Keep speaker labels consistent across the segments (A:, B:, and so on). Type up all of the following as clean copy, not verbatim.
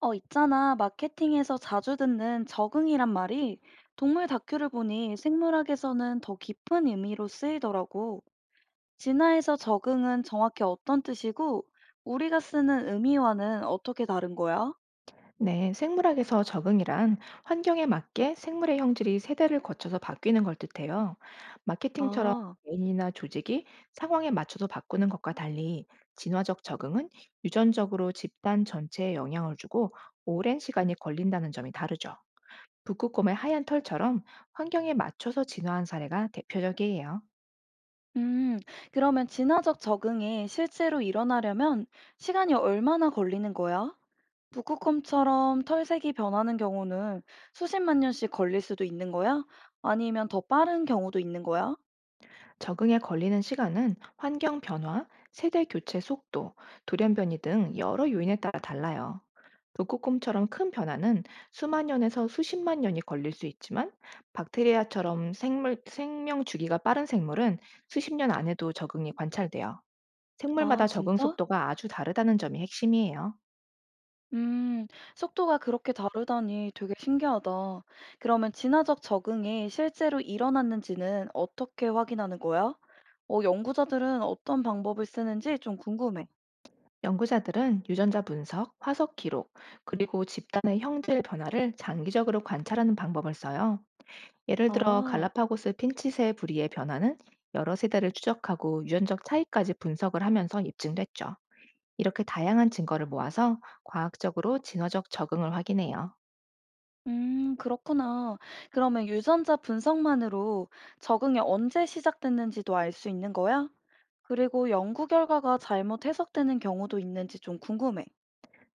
A: 있잖아. 마케팅에서 자주 듣는 적응이란 말이 동물 다큐를 보니 생물학에서는 더 깊은 의미로 쓰이더라고. 진화에서 적응은 정확히 어떤 뜻이고, 우리가 쓰는 의미와는 어떻게 다른 거야?
B: 네, 생물학에서 적응이란 환경에 맞게 생물의 형질이 세대를 거쳐서 바뀌는 걸 뜻해요. 마케팅처럼
A: 아,
B: 개인이나 조직이 상황에 맞춰서 바꾸는 것과 달리 진화적 적응은 유전적으로 집단 전체에 영향을 주고 오랜 시간이 걸린다는 점이 다르죠. 북극곰의 하얀 털처럼 환경에 맞춰서 진화한 사례가 대표적이에요.
A: 음, 그러면 진화적 적응이 실제로 일어나려면 시간이 얼마나 걸리는 거야? 북극곰처럼 털색이 변하는 경우는 수십만 년씩 걸릴 수도 있는 거야? 아니면 더 빠른 경우도 있는 거야?
B: 적응에 걸리는 시간은 환경 변화, 세대 교체 속도, 돌연변이 등 여러 요인에 따라 달라요. 북극곰처럼 큰 변화는 수만 년에서 수십만 년이 걸릴 수 있지만 박테리아처럼 생명 주기가 빠른 생물은 수십 년 안에도 적응이 관찰돼요.
A: 아
B: 생물마다 적응
A: 진짜?
B: 속도가 아주 다르다는 점이 핵심이에요.
A: 음. 속도가 그렇게 다르다니 되게 신기하다. 그러면 진화적 적응이 실제로 일어났는지는 어떻게 확인하는 거야? 연구자들은 어떤 방법을 쓰는지 좀 궁금해.
B: 연구자들은 유전자 분석, 화석 기록, 그리고 집단의 형질 변화를 장기적으로 관찰하는 방법을 써요. 예를 들어
A: 아.
B: 갈라파고스 핀치새 부리의 변화는 여러 세대를 추적하고 유전적 차이까지 분석을 하면서 입증됐죠. 이렇게 다양한 증거를 모아서 과학적으로 진화적 적응을 확인해요.
A: 그렇구나. 그러면 유전자 분석만으로 적응이 언제 시작됐는지도 알 수 있는 거야? 그리고 연구 결과가 잘못 해석되는 경우도 있는지 좀 궁금해.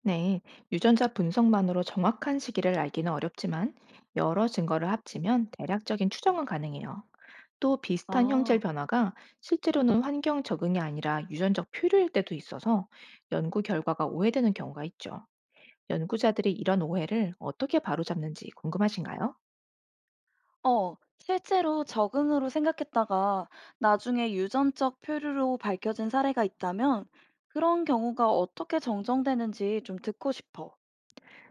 B: 네, 유전자 분석만으로 정확한 시기를 알기는 어렵지만 여러 증거를 합치면 대략적인 추정은 가능해요. 또 비슷한 형질
A: 아.
B: 변화가 실제로는 환경 적응이 아니라 유전적 표류일 때도 있어서 연구 결과가 오해되는 경우가 있죠. 연구자들이 이런 오해를 어떻게 바로잡는지 궁금하신가요?
A: 실제로 적응으로 생각했다가 나중에 유전적 표류로 밝혀진 사례가 있다면 그런 경우가 어떻게 정정되는지 좀 듣고 싶어.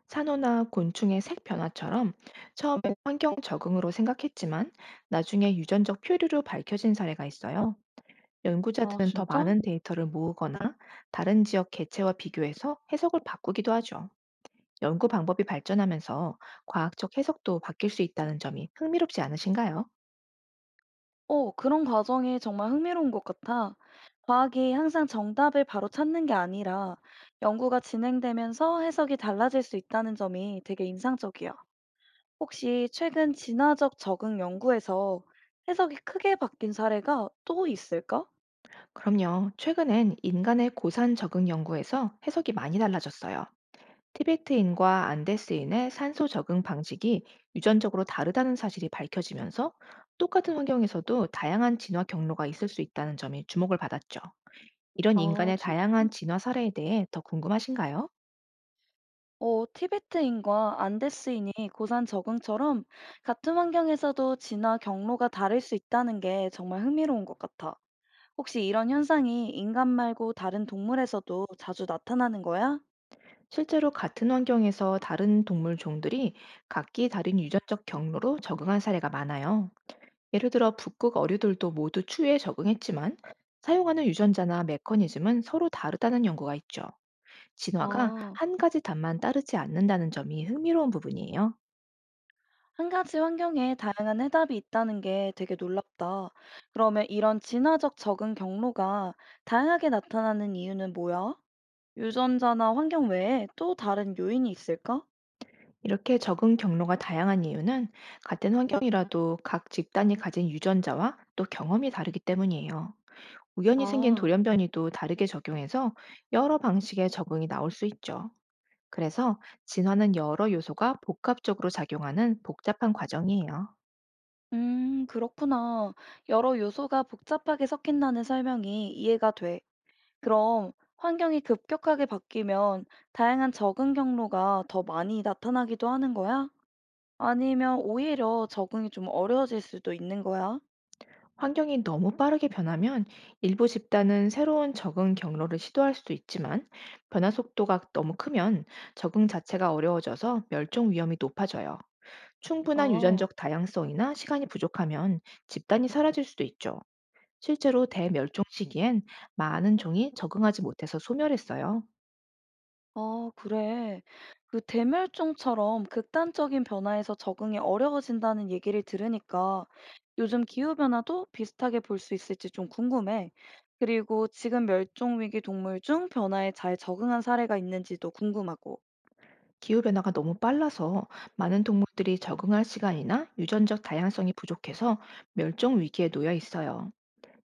B: 산호나 곤충의 색 변화처럼 처음엔 환경 적응으로 생각했지만 나중에 유전적 표류로 밝혀진 사례가 있어요.
A: 아,
B: 연구자들은 더
A: 진짜?
B: 많은 데이터를 모으거나 다른 지역 개체와 비교해서 해석을 바꾸기도 하죠. 연구 방법이 발전하면서 과학적 해석도 바뀔 수 있다는 점이 흥미롭지 않으신가요?
A: 그런 과정이 정말 흥미로운 것 같아. 과학이 항상 정답을 바로 찾는 게 아니라 연구가 진행되면서 해석이 달라질 수 있다는 점이 되게 인상적이야. 혹시 최근 진화적 적응 연구에서 해석이 크게 바뀐 사례가 또 있을까?
B: 그럼요. 최근엔 인간의 고산 적응 연구에서 해석이 많이 달라졌어요. 티베트인과 안데스인의 산소 적응 방식이 유전적으로 다르다는 사실이 밝혀지면서 똑같은 환경에서도 다양한 진화 경로가 있을 수 있다는 점이 주목을 받았죠. 이런
A: 아,
B: 인간의 다양한 진화 사례에 대해 더 궁금하신가요?
A: 티베트인과 안데스인이 고산 적응처럼 같은 환경에서도 진화 경로가 다를 수 있다는 게 정말 흥미로운 것 같아. 혹시 이런 현상이 인간 말고 다른 동물에서도 자주 나타나는 거야?
B: 실제로 같은 환경에서 다른 동물 종들이 각기 다른 유전적 경로로 적응한 사례가 많아요. 예를 들어 북극 어류들도 모두 추위에 적응했지만 사용하는 유전자나 메커니즘은 서로 다르다는 연구가 있죠. 진화가
A: 아,
B: 한 가지 답만 따르지 않는다는 점이 흥미로운 부분이에요.
A: 한 가지 환경에 다양한 해답이 있다는 게 되게 놀랍다. 그러면 이런 진화적 적응 경로가 다양하게 나타나는 이유는 뭐야? 유전자나 환경 외에 또 다른 요인이 있을까?
B: 이렇게 적응 경로가 다양한 이유는 같은 환경이라도 각 집단이 가진 유전자와 또 경험이 다르기 때문이에요. 우연히 생긴
A: 아,
B: 돌연변이도 다르게 적용해서 여러 방식의 적응이 나올 수 있죠. 그래서 진화는 여러 요소가 복합적으로 작용하는 복잡한 과정이에요.
A: 그렇구나. 여러 요소가 복잡하게 섞인다는 설명이 이해가 돼. 그럼 환경이 급격하게 바뀌면 다양한 적응 경로가 더 많이 나타나기도 하는 거야? 아니면 오히려 적응이 좀 어려워질 수도 있는 거야?
B: 환경이 너무 빠르게 변하면 일부 집단은 새로운 적응 경로를 시도할 수도 있지만 변화 속도가 너무 크면 적응 자체가 어려워져서 멸종 위험이 높아져요. 충분한
A: 아.
B: 유전적 다양성이나 시간이 부족하면 집단이 사라질 수도 있죠. 실제로 대멸종 시기엔 많은 종이 적응하지 못해서 소멸했어요.
A: 아, 그래. 그 대멸종처럼 극단적인 변화에서 적응이 어려워진다는 얘기를 들으니까 요즘 기후변화도 비슷하게 볼 수 있을지 좀 궁금해. 그리고 지금 멸종위기 동물 중 변화에 잘 적응한 사례가 있는지도 궁금하고.
B: 기후변화가 너무 빨라서 많은 동물들이 적응할 시간이나 유전적 다양성이 부족해서 멸종 위기에 놓여 있어요.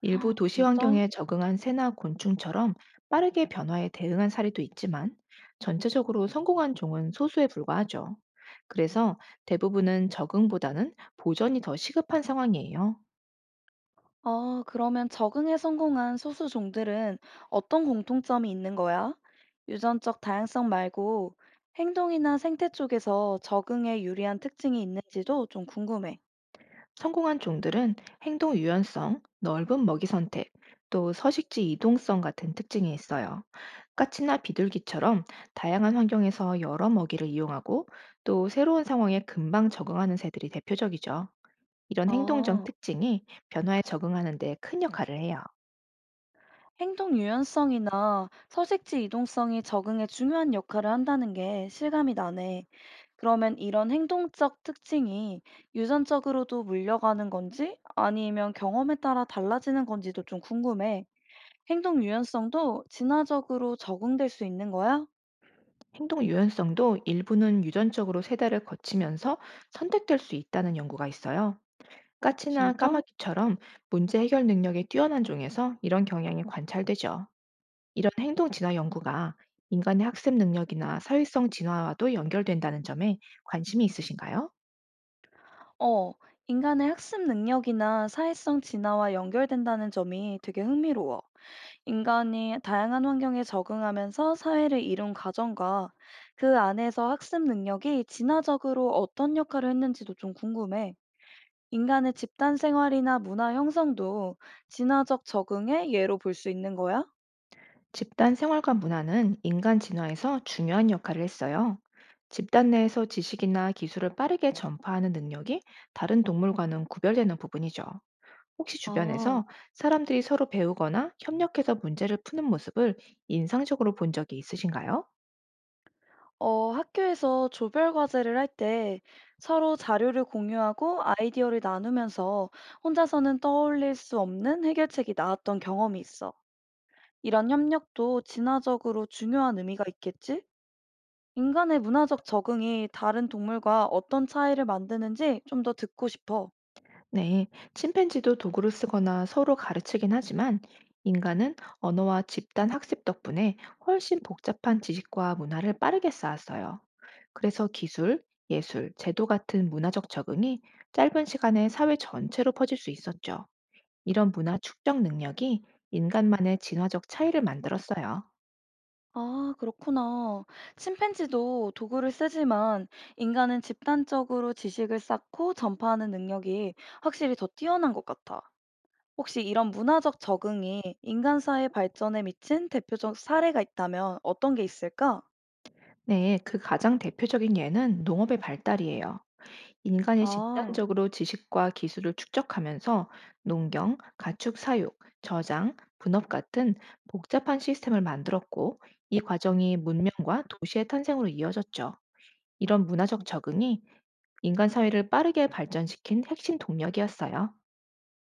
B: 일부
A: 헉,
B: 도시
A: 진짜?
B: 환경에 적응한 새나 곤충처럼 빠르게 변화에 대응한 사례도 있지만 전체적으로 성공한 종은 소수에 불과하죠. 그래서 대부분은 적응보다는 보전이 더 시급한 상황이에요.
A: 아, 그러면 적응에 성공한 소수 종들은 어떤 공통점이 있는 거야? 유전적 다양성 말고 행동이나 생태 쪽에서 적응에 유리한 특징이 있는지도 좀 궁금해.
B: 성공한 종들은 행동 유연성, 넓은 먹이 선택, 또 서식지 이동성 같은 특징이 있어요. 까치나 비둘기처럼 다양한 환경에서 여러 먹이를 이용하고 또 새로운 상황에 금방 적응하는 새들이 대표적이죠. 이런 행동적
A: 아,
B: 특징이 변화에 적응하는 데 큰 역할을 해요.
A: 행동 유연성이나 서식지 이동성이 적응에 중요한 역할을 한다는 게 실감이 나네. 그러면 이런 행동적 특징이 유전적으로도 물려가는 건지 아니면 경험에 따라 달라지는 건지도 좀 궁금해. 행동 유연성도 진화적으로 적응될 수 있는 거야?
B: 행동 유연성도 일부는 유전적으로 세대를 거치면서 선택될 수 있다는 연구가 있어요. 까치나
A: 진짜?
B: 까마귀처럼 문제 해결 능력이 뛰어난 종에서 이런 경향이 관찰되죠. 이런 행동 진화 연구가 인간의 학습 능력이나 사회성 진화와도 연결된다는 점에 관심이 있으신가요?
A: 어, 인간의 학습 능력이나 사회성 진화와 연결된다는 점이 되게 흥미로워. 인간이 다양한 환경에 적응하면서 사회를 이룬 과정과 그 안에서 학습 능력이 진화적으로 어떤 역할을 했는지도 좀 궁금해. 인간의 집단 생활이나 문화 형성도 진화적 적응의 예로 볼 수 있는 거야?
B: 집단 생활과 문화는 인간 진화에서 중요한 역할을 했어요. 집단 내에서 지식이나 기술을 빠르게 전파하는 능력이 다른 동물과는 구별되는 부분이죠. 혹시
A: 아,
B: 주변에서 사람들이 서로 배우거나 협력해서 문제를 푸는 모습을 인상적으로 본 적이 있으신가요?
A: 학교에서 조별 과제를 할 때 서로 자료를 공유하고 아이디어를 나누면서 혼자서는 떠올릴 수 없는 해결책이 나왔던 경험이 있어. 이런 협력도 진화적으로 중요한 의미가 있겠지? 인간의 문화적 적응이 다른 동물과 어떤 차이를 만드는지 좀 더 듣고 싶어.
B: 네, 침팬지도 도구를 쓰거나 서로 가르치긴 하지만 인간은 언어와 집단 학습 덕분에 훨씬 복잡한 지식과 문화를 빠르게 쌓았어요. 그래서 기술, 예술, 제도 같은 문화적 적응이 짧은 시간에 사회 전체로 퍼질 수 있었죠. 이런 문화 축적 능력이 인간만의 진화적 차이를 만들었어요.
A: 아, 그렇구나. 침팬지도 도구를 쓰지만 인간은 집단적으로 지식을 쌓고 전파하는 능력이 확실히 더 뛰어난 것 같아. 혹시 이런 문화적 적응이 인간 사회 발전에 미친 대표적 사례가 있다면 어떤 게 있을까?
B: 네, 그 가장 대표적인 예는 농업의 발달이에요. 인간이
A: 아.
B: 집단적으로 지식과 기술을 축적하면서 농경, 가축 사육, 저장, 분업 같은 복잡한 시스템을 만들었고 이 과정이 문명과 도시의 탄생으로 이어졌죠. 이런 문화적 적응이 인간 사회를 빠르게 발전시킨 핵심 동력이었어요.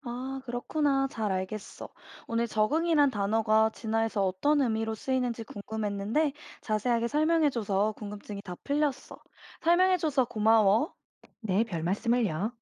A: 아, 그렇구나. 잘 알겠어. 오늘 적응이란 단어가 진화에서 어떤 의미로 쓰이는지 궁금했는데 자세하게 설명해줘서 궁금증이 다 풀렸어. 설명해줘서 고마워.
B: 네, 별 말씀을요.